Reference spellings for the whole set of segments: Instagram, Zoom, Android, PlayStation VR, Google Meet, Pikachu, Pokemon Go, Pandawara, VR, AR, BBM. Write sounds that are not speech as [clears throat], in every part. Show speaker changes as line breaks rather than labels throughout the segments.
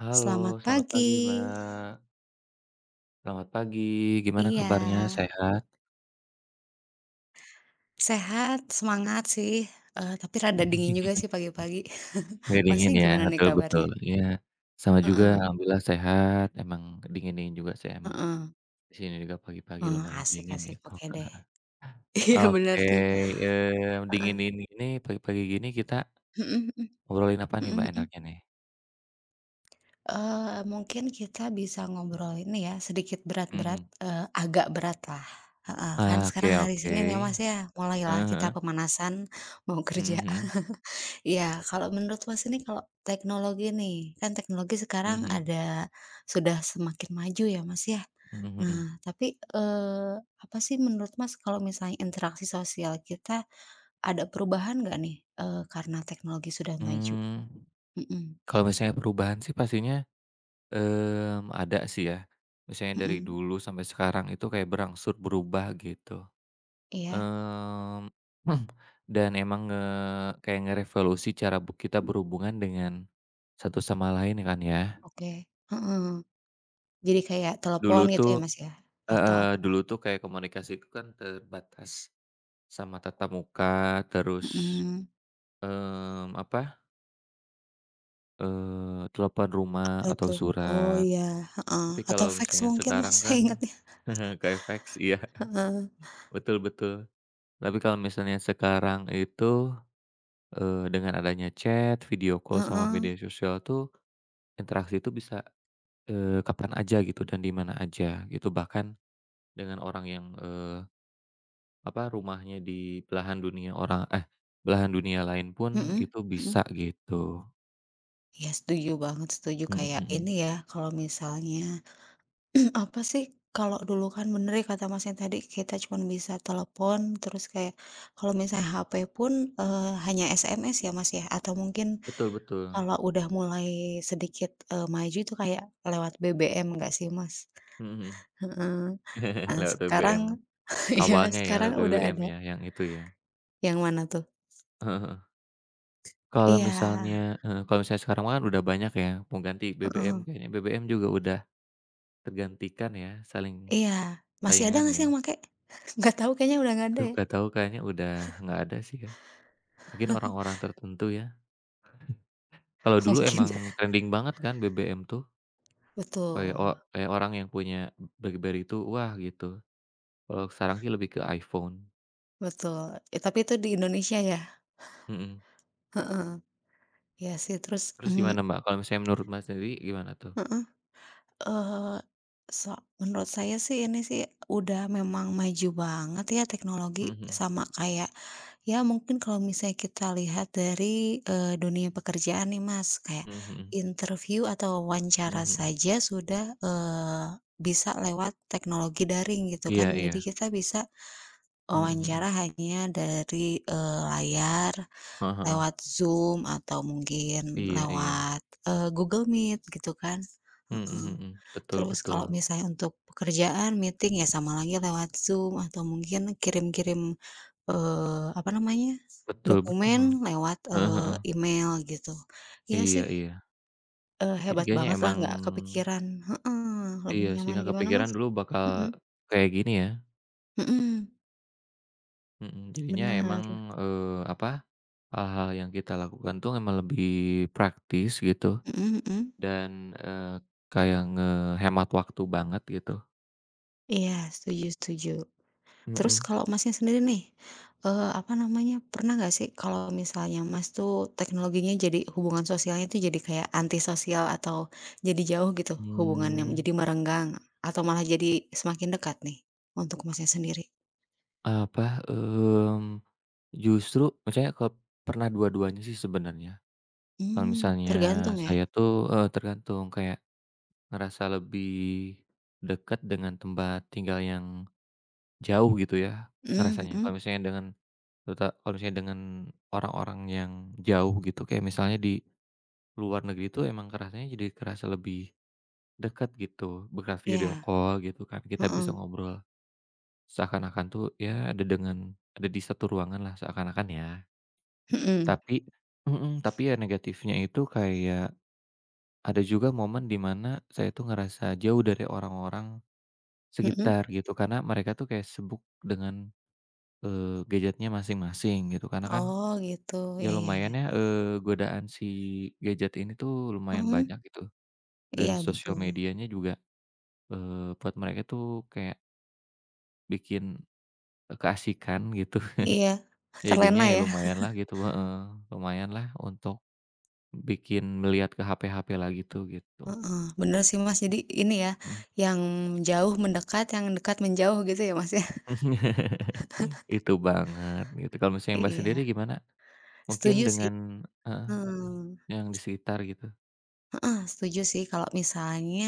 Halo,
Selamat
selamat pagi,
pagi.
Mbak. Selamat pagi, gimana
Iya,
kabarnya, sehat?
sehat, semangat sih, tapi rada dingin juga
[laughs]
sih pagi-pagi. [laughs]
Nggak
Masnya
dingin ya,
gimana nih
betul
kabarnya?
betul, iya. Sama juga
Heeh,
alhamdulillah sehat, emang dingin-dingin juga sih emang,
heeh,
di sini juga pagi-pagi lumayan
asik
dingin
asik,
gitu.
oke deh.
[laughs]
[laughs] Iya bener
Oke,
tuh, heeh,
dingin-dingin ini pagi-pagi gini kita
mhm mhm,
ngobrolin apa nih,
mhm
Mbak,
mhm.
enaknya nih?
Mungkin kita bisa ngobrol ini ya, sedikit berat-berat,
Mhm.
agak beratlah, heeh, kan
Oke
sekarang hari
oke,
Senin ya Mas ya, mulailah kita
heeh
pemanasan mau kerja.
mhm
Iya, kalau menurut Mas ini kalau teknologi nih, kan teknologi
mhm,
sekarang
mhm
ada sudah semakin maju ya, Mas, ya.
mhm, mhm
Nah,
mhm.
tapi, apa sih menurut Mas kalau misalnya interaksi sosial kita ada perubahan nggak nih, karena teknologi sudah maju?
Mmm,
Mhm
Kalau misalnya perubahan sih pastinya ada sih ya. Misalnya dari
mhm,
dulu sampai sekarang itu kayak berangsur berubah gitu,
iya,
mmm, [clears throat] dan emang kayak ngerevolusi cara kita berhubungan dengan satu sama lain kan ya.
oke, heeh. Jadi kayak
Dulu
telepon gitu
tuh
ya, Mas, ya? Atau
heeh,
apa?
dulu tuh kayak komunikasi itu kan terbatas sama tatap muka. Terus,
Mhm,
apa, telepon rumah
apa
atau
tuh? Oh,
surat.
iya, heeh,
Tapi
atau
kalau
fax
misalnya
mungkin Mas
sekarang
[laughs] saya
kan
ingatnya,
[laughs] ke fax iya,
heeh,
betul betul. Tapi kalau misalnya sekarang itu, dengan adanya chat, video call, sama
heeh,
media sosial tuh, interaksi itu bisa, kapan aja gitu dan di mana aja gitu. Bahkan dengan orang yang, apa, rumahnya di belahan dunia orang, eh, belahan dunia lain pun
mhm
itu
mhm.
bisa gitu.
Iya setuju banget, setuju.
Mhm
Kayak ini
mhm.
ya, kalau misalnya [clears throat] apa sih, kalau dulu kan bener ya kata Masnya tadi, kita cuma bisa telepon, terus kayak kalau misalnya HP pun, hanya SMS ya, Mas, ya? Atau mungkin
Betul betul.
kalau udah mulai sedikit, maju itu kayak lewat BBM nggak sih, Mas?
Mhm [laughs] mhm.
Heeh. Nah,
Lewat
sekarang
BBM.
[laughs] ya,
Awalnya ya
sekarang
lewat
udah
BBM
ada.
ya, yang itu ya.
Yang mana tuh?
[laughs] Kalau
Iya,
misalnya heeh, kalau misalnya sekarang kan udah banyak ya pengganti BBM,
heeh,
kayaknya BBM juga udah tergantikan ya, saling
iya. Masih ada
saingan
nggak sih
ya?
yang pakai? [laughs] Nggak tahu, kayaknya udah nggak ada
Aduh
ya?
nggak tahu kayaknya udah nggak ada sih ya, mungkin orang-orang tertentu ya. Kalau
[laughs]
dulu
Mungkin.
emang trending banget kan BBM tuh, kayak
Betul
kayak orang yang punya BlackBerry itu wah gitu, kalau sekarang sih lebih ke iPhone.
betul, tapi itu di Indonesia ya?
Mhm,
Heeh, iya sih terus
terus gimana
[clears throat]
Mbak, kalau misalnya menurut Mas sendiri gimana tuh?
heeh, eee, so menurut saya sih ini sih udah memang maju banget ya teknologi
Mhm mhm.
sama kayak ya mungkin kalau misalnya kita lihat dari, dunia pekerjaan nih Mas, kayak
Mhm mhm.
interview atau
Mhm
wawancara
mhm.
saja sudah, bisa lewat teknologi daring gitu kan.
Iya
Jadi
iya.
kita bisa
Mhm
wawancara
mhm.
hanya dari, layar
Heeh heeh.
lewat Zoom atau mungkin
Iya iya.
lewat, Google Meet gitu kan,
Mhm
heeh.
mhm. Betul
Terus
betul.
kalau misalnya untuk pekerjaan meeting ya sama lagi lewat Zoom atau mungkin kirim-kirim, apa namanya,
Betul
dokumen
betul.
lewat,
Heeh heeh.
email gitu. Iya
Iya
sih,
iya. Jadi
hebat
kayaknya
banget lah
emang.
nggak kepikiran heeh, lebih
Iya sih,
nyaman
nggak
gimana
kepikiran
Mas?
dulu bakal
Mhm
kayak gini ya,
mhm,
mhm, jadinya
bener,
emang, apa, hal-hal yang kita lakukan tuh emang lebih praktis gitu
mhm mhm.
dan, kayak ngehemat waktu banget gitu.
Iya setuju setuju. Terus
Mhm.
kalau Masnya sendiri nih, apa namanya, pernah nggak sih kalau misalnya Mas tuh teknologinya jadi hubungan sosialnya tuh jadi kayak antisosial atau jadi jauh gitu hubungannya,
Mmm,
jadi merenggang atau malah jadi semakin dekat nih untuk Masnya sendiri?
Apa, justru misalnya pernah dua-duanya sih sebenarnya. Kalau
Mmm,
misalnya
tergantung ya?
saya tuh, tergantung kayak ngerasa lebih dekat dengan tempat tinggal yang jauh gitu ya,
Mmm,
ngerasanya.
mhm,
Kalau misalnya dengan terutama kalau misalnya dengan orang-orang yang jauh gitu, kayak misalnya di luar negeri itu emang kerasanya jadi kerasa lebih dekat gitu, berkat video
iya,
call gitu kan, kita
heeh,
bisa ngobrol seakan-akan tuh ya ada di satu ruangan lah seakan-akan ya.
mhm
Tapi mhm, tapi ya negatifnya itu kayak ada juga momen di mana saya tuh ngerasa jauh dari orang-orang
mhm,
sekitar gitu, karena mereka tuh kayak sibuk dengan, gadgetnya masing-masing gitu, karena kan.
oh gitu,
Ya
iya iya iya,
lumayan ya, godaan si gadget ini tuh lumayan
mhm,
banyak gitu,
iya
dari sosial
betul,
medianya juga, buat mereka tuh kayak bikin, keasikan gitu.
iya,
[laughs] Jadinya
terlena
ya
ya?
lumayanlah gitu heeh, lumayanlah untuk bikin melihat ke HP-HP lagi tuh gitu,
Heeh, bener sih Mas, jadi ini ya,
[laughs] mhm.
yang jauh mendekat, yang dekat menjauh gitu ya Mas ya?
Itu banget gitu, kalau
[laughs]
misalnya Mbak sendiri
Iya,
gimana? Mungkin
setuju sih,
dengan, heeh,
mhm,
yang di sekitar gitu?
heeh, setuju sih kalau misalnya,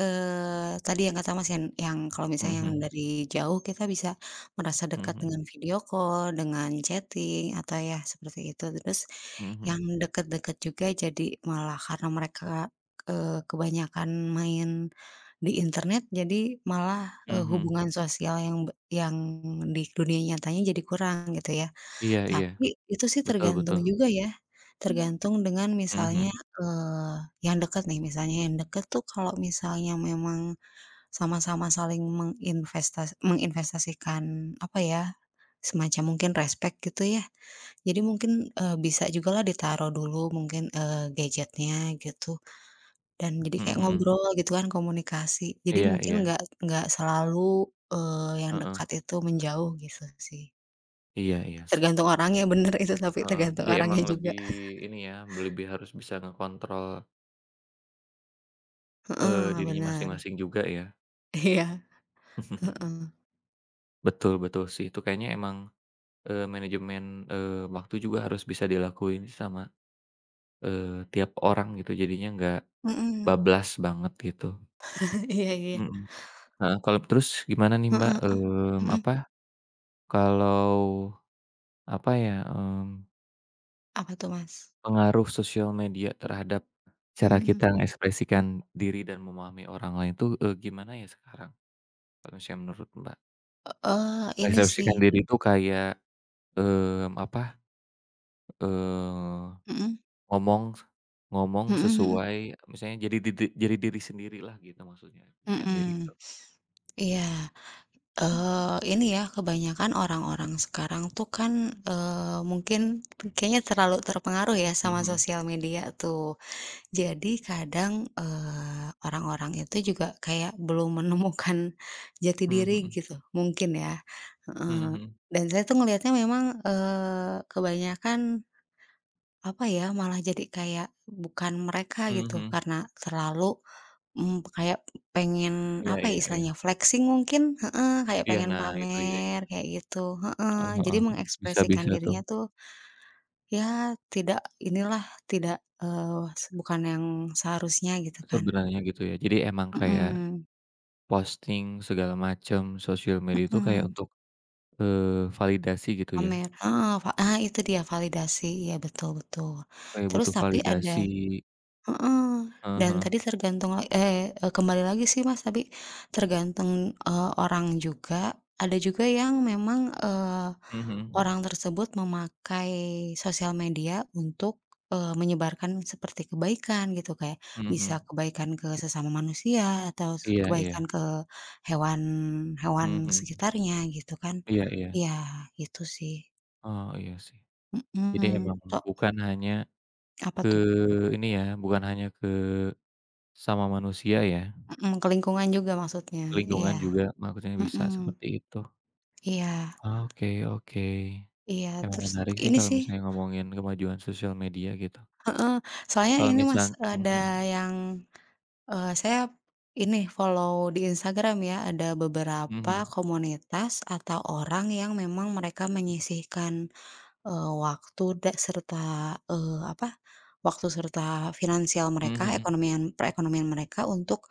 tadi yang kata Mas, yang kalau misalnya yang
Mhm
dari jauh kita bisa merasa
mhm,
dekat
mhm
dengan video call, dengan chatting, atau ya seperti itu. Terus
mhm, mhm
yang
mhm,
deket-deket juga jadi malah karena mereka, kebanyakan main di internet jadi malah,
mhm mhm.
hubungan sosial yang di dunia nyatanya jadi kurang gitu ya.
Iya iya,
Tapi itu sih
betul
tergantung
betul,
juga ya, tergantung dengan
mhm
misalnya,
mhm,
eee, yang dekat nih, misalnya yang dekat tuh kalau misalnya memang sama-sama saling menginvestasikan apa ya, semacam mungkin respect gitu ya. Jadi mungkin, bisa jugalah ditaruh dulu mungkin, gadgetnya gitu. Dan jadi
mhm
kayak
mhm.
ngobrol gitu kan, komunikasi. Jadi
Iya
mungkin
iya,
nggak selalu, yang
heeh,
dekat itu menjauh gitu sih.
iya iya sih,
Tergantung orangnya, [laughs] bener itu tapi
heeh,
tergantung
jadi emang
orangnya juga.
lebih ini ya, lebih harus bisa ngekontrol,
Heeh,
dirinya
bener.
masing-masing juga ya.
[laughs] Iya, heeh.
[laughs] Betul betul sih, itu kayaknya emang, manajemen, eee, waktu juga harus bisa dilakuin sama, tiap orang gitu, jadinya nggak
Mhm.
bablas banget gitu,
[laughs] Iya iya.
mhm, heeh, kalau terus gimana nih Mbak,
Heeh heeh. Mhm.
apa, kalau apa ya,
Apa tuh, Mas?
pengaruh sosial media terhadap cara
Mhm.
kita mengekspresikan diri dan memahami orang lain tuh, gimana ya sekarang? Kalau misalnya menurut Mbak,
Eee, ini sih
mengekspresikan diri itu kayak, apa, eee,
mhm.
ngomong ngomong
Mhm mhm.
sesuai misalnya jadi jadi diri sendirilah gitu maksudnya, ekspresikan diri itu.
Mhm. Iya. Ini ya, kebanyakan orang-orang sekarang tuh kan, mungkin kayaknya terlalu terpengaruh ya sama
Mmm.
sosial media tuh. Jadi kadang, orang-orang itu juga kayak belum [laughs] menemukan jati
Mhm
diri
mhm.
gitu, mungkin ya,
Mhm
heeh.
mhm. Mhm mhm.
Dan saya tuh ngelihatnya memang, kebanyakan, apa ya, malah jadi kayak bukan mereka
Mhm
gitu,
mhm.
karena terlalu kayak pengen,
Iya
apa ya
iya iya.
istilahnya, flexing mungkin? Heeh, kayak
Iya,
pengen
nah itu iya.
pamer, kayak gitu,
Heeh
heeh. Jadi
heeh. Bisa
mengekspresikan
bisa tuh.
dirinya tuh, ya tidak inilah, tidak, eee, se bukan yang seharusnya gitu kan.
Sebenarnya gitu ya. Jadi emang kayak
Mhm,
posting segala macam sosial media itu kayak
mhm,
untuk, validasi gitu ya,
pamer heeh, itu dia validasi, iya betul betul.
kayak
Terus
butuh
tapi
validasi.
ada Heeh,
Heeh
dan
heeh,
tadi tergantung kembali lagi sih Mas tapi tergantung, orang juga, ada juga yang memang,
mhm,
orang tersebut memakai sosial media untuk, menyebarkan seperti kebaikan gitu kayak, bisa
mhm,
kebaikan ke sesama manusia atau
iya iya,
kebaikan ke hewan hewan
mhm,
sekitarnya gitu kan.
iya iya,
Iya itu sih,
oh iya sih. Jadi
mhm,
emang
so
bukan hanya
apa
ke
tuh?
ini ya, bukan hanya ke sama manusia ya,
Mhm, ke lingkungan juga maksudnya,
lingkungan
iya,
juga maksudnya bisa
mhm.
seperti itu.
Iya
Oke oke,
iya,
emang
terus
menarik sih
ini
kalau
sih
misalnya ngomongin kemajuan sosial media gitu.
heeh, soalnya
Kalau
ini Mas,
misal Mhm,
ada yang, saya ini follow di Instagram ya, ada
mhm,
beberapa
mhm.
komunitas atau orang yang memang mereka menyisihkan, waktu da serta, apa, waktu serta finansial mereka,
Mhm.
perekonomian mereka untuk,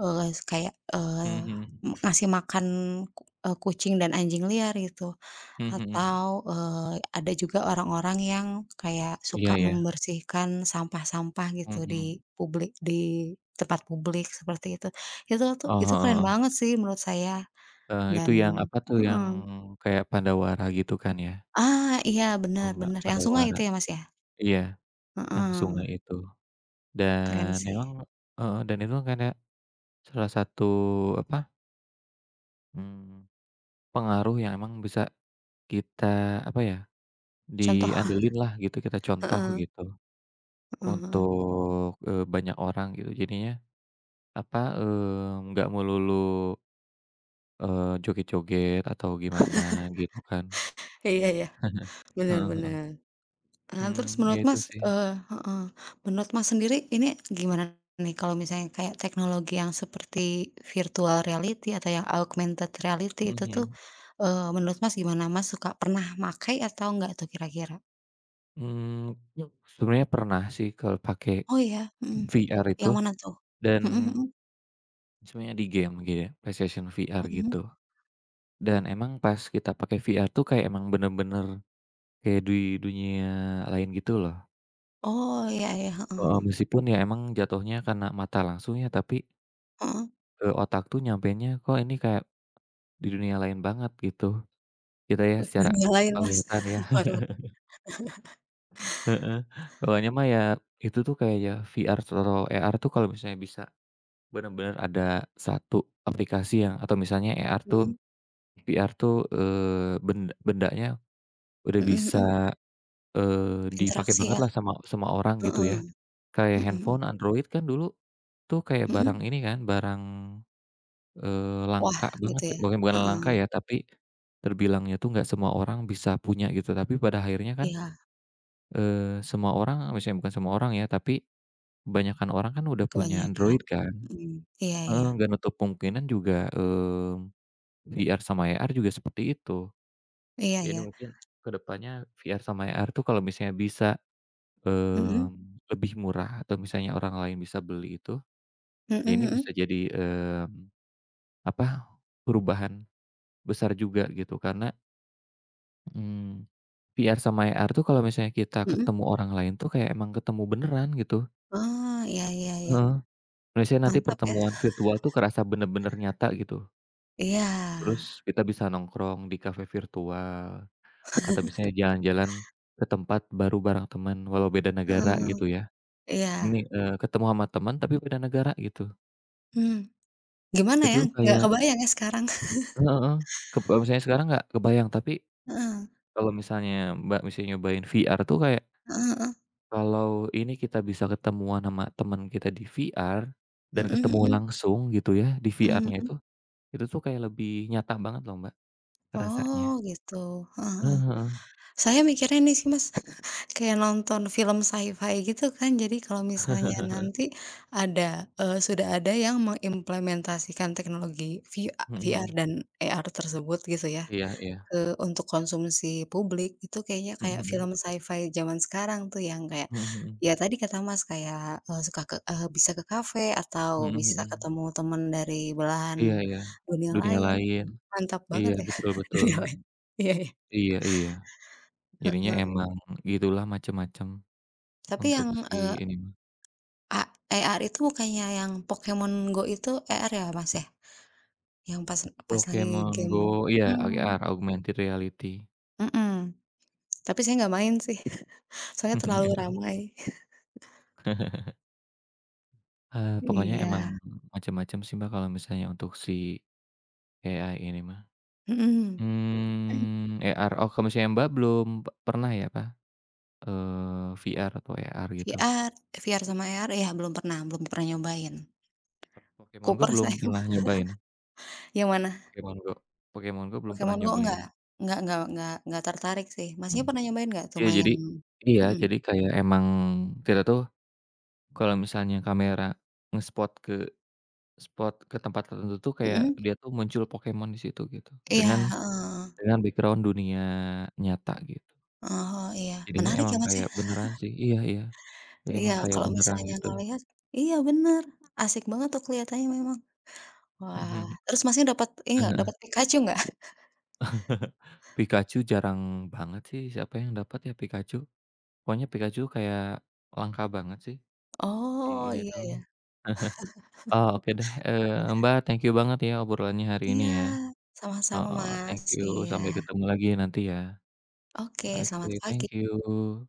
kayak,
Mhm
ngasih makan kucing dan anjing liar gitu.
mhm mhm.
Atau, ada juga orang-orang yang kayak
Iya
suka
ya.
membersihkan sampah-sampah gitu
Mhm.
di tempat publik seperti itu. Itu tuh
Oh,
itu
heeh
keren
heeh.
banget sih menurut saya
Itu
dan
yang apa tuh, yang
heeh.
kayak Pandawara gitu kan ya?
Ah, iya
Tahu nggak
benar-benar yang sungai itu
Pandawara?
ya, Mas, ya?
Iya, yang
Heeh,
sungai itu.
keren
Dan
sih.
memang heeh, dan itu kan kayak salah satu apa, mmm, pengaruh yang emang bisa kita apa ya,
Contoh [laughs]
diandelin lah gitu, kita contoh
heeh
gitu
heeh heeh.
untuk, banyak orang gitu. Jadinya apa, nggak melulu joget-joget atau gimana gitu kan.
Iya iya,
Heeh heeh.
benar-benar Nah,
Mhm,
terus
ya
menurut
itu
Mas,
sih.
heeh, menurut Mas sendiri ini gimana nih kalau misalnya kayak teknologi yang seperti virtual reality atau yang augmented reality
Mhm
itu tuh,
mhm.
menurut Mas gimana? Mas suka pernah makai atau enggak tuh kira-kira?
Mmm, Sebenarnya pernah sih kalau pakai
Oh iya? Mhm.
VR itu
Yang mana tuh?
dan
[laughs] Mhm
sebenarnya di game gitu ya, PlayStation VR
mhm, mhm.
gitu. Dan emang pas kita pakai VR tuh kayak emang bener-bener kayak di dunia lain gitu loh.
Oh, iya iya, heeh
Heeh,
heeh
meskipun ya emang jatuhnya karena mata langsung ya, tapi
heeh.
ke otak tuh nyampenya kok ini kayak di dunia lain banget gitu. Kita ya
Wih,
secara
dunia lain Mas.
penglihatan ya.
[laughs] Waduh.
Heeh, soalnya mah ya itu tuh kayak ya VR atau AR tuh kalau misalnya bisa benar-benar ada satu aplikasi yang atau misalnya AR tuh
Mhm,
VR tuh, bendanya udah
mhm
bisa,
mhm.
dipakai
Interaksi
banget
ya?
lah sama sama orang gitu ya.
Heeh,
Kayak
mhm mhm.
handphone Android kan dulu tuh kayak barang
Mhm?
ini kan, barang,
Wah,
langka banget,
gitu
ya.
ya?
Bukan bukan
Heeh,
langka ya, tapi terbilangnya tuh nggak semua orang bisa punya gitu. Tapi pada akhirnya kan,
iya.
eee, semua orang misalnya bukan semua orang ya, tapi kebanyakan orang kan udah punya
Kebanyakan,
Android kan,
mhm, iya
heeh,
iya,
nggak nutup kemungkinan juga, VR sama AR juga seperti itu.
iya
Jadi
iya,
mungkin ke depannya VR sama AR tuh kalau misalnya bisa,
mhm,
lebih murah atau misalnya orang lain bisa beli itu,
mhm
ya ini bisa
mhm,
jadi, apa, perubahan besar juga gitu karena, mmm, VR sama AR tuh kalau misalnya kita
mhm,
ketemu orang lain tuh kayak emang ketemu beneran gitu,
oh, iya iya iya,
heeh. Misalnya nanti
mantap ya,
pertemuan virtual tuh kerasa bener-bener nyata gitu.
iya,
Terus kita bisa nongkrong di kafe virtual atau misalnya jalan-jalan ke tempat baru bareng teman walau beda negara
heeh,
gitu ya.
iya,
Ini, ketemu sama teman tapi beda negara gitu.
mmm, gimana
Itu
ya, nggak
kayak
kebayang ya sekarang,
Heeh heeh, kalau misalnya sekarang nggak kebayang, tapi
heeh,
kalau misalnya Mbak mesti nyobain VR tuh kayak
heeh heeh,
kalau ini kita bisa ketemuan sama teman kita di VR dan
mhm
ketemu
mhm,
langsung gitu ya di
mhm
VR-nya
mhm,
itu tuh kayak lebih nyata banget loh Mbak
oh
rasanya.
gitu, heeh heeh.
Heeh heeh.
Saya mikirnya ini sih Mas, [laughs] kayak nonton film sci-fi gitu kan. Jadi kalau misalnya nanti ada, sudah ada yang mengimplementasikan teknologi VIA
Mhm
VR
mhm.
dan AR tersebut gitu ya,
Iya iya.
ke untuk konsumsi publik, itu kayaknya
Mhm
kayak
mhm.
film sci-fi zaman sekarang tuh yang kayak,
Mhm mhm.
ya tadi kata Mas kayak, eee, suka ke eee, bisa ke kafe atau
Mhm
bisa
mhm.
ketemu temen dari belahan
Iya iya,
dunia
dunia
lain.
lain.
Mantap
Iya,
banget ya
betul
[laughs]
betul.
dunia lain. Iya iya,
Iya iya. Jadinya
heeh.
emang gitulah macem-macem
Tapi
untuk
yang,
si
eee
ini mah.
A ER itu bukannya yang Pokemon Go itu ER ya, Mas, ya? Yang pas pas lagi
Pokemon
game
Go, iya
mhm
AR, augmented reality.
mhm. Tapi saya nggak main sih, [laughs] soalnya terlalu
Eee, [laughs]
ramai.
Pokoknya
Iya,
emang macem-macem sih, Mbak, kalau misalnya untuk si AI ini mah.
mhm.
AR, oh kalau misalnya Mbak belum pernah ya apa, VR atau AR gitu?
VR VR sama ER ya belum pernah nyobain.
Pokemon Go
Kuper
belum
saya [laughs]
pernah
mah.
nyobain?
Yang mana?
Pokemon Go Pokemon Go belum pernah
Pokemon Go nggak
nyobain?
nggak nggak nggak nggak tertarik sih. Masnya
Mhm.
pernah nyobain nggak tuh
Iya
main
jadi iya
mhm
jadi kayak emang kita tuh kalau misalnya kamera nge-spot ke spot ke tempat tertentu tuh kayak
mhm?
dia tuh muncul Pokemon di situ gitu,
Iya,
dengan
heeh.
dengan background dunia nyata gitu.
Oh, iya.
Jadinya
Menarik ya,
emang
Mas, ya?
kayak beneran sih iya iya, jadi
Iya,
emang kayak
kalau
beneran
misalnya
gitu.
ngelihat iya bener, asik banget tuh kelihatannya memang. Wah,
Mhm,
terus Masnya dapat ini nggak,
heeh.
dapat Pikachu nggak?
[laughs] Pikachu jarang banget sih siapa yang dapat ya Pikachu, pokoknya Pikachu kayak langka banget sih di
Oh,
ini
iya
tuh.
ya.
[laughs] Oh oke deh, Mbak, thank you banget ya obrolannya hari ini
Iya,
ya.
sama-sama
Heeh,
Mas,
thank you,
iya.
sampai ketemu lagi nanti ya.
Oke, selamat
Oke,
pagi.
thank you.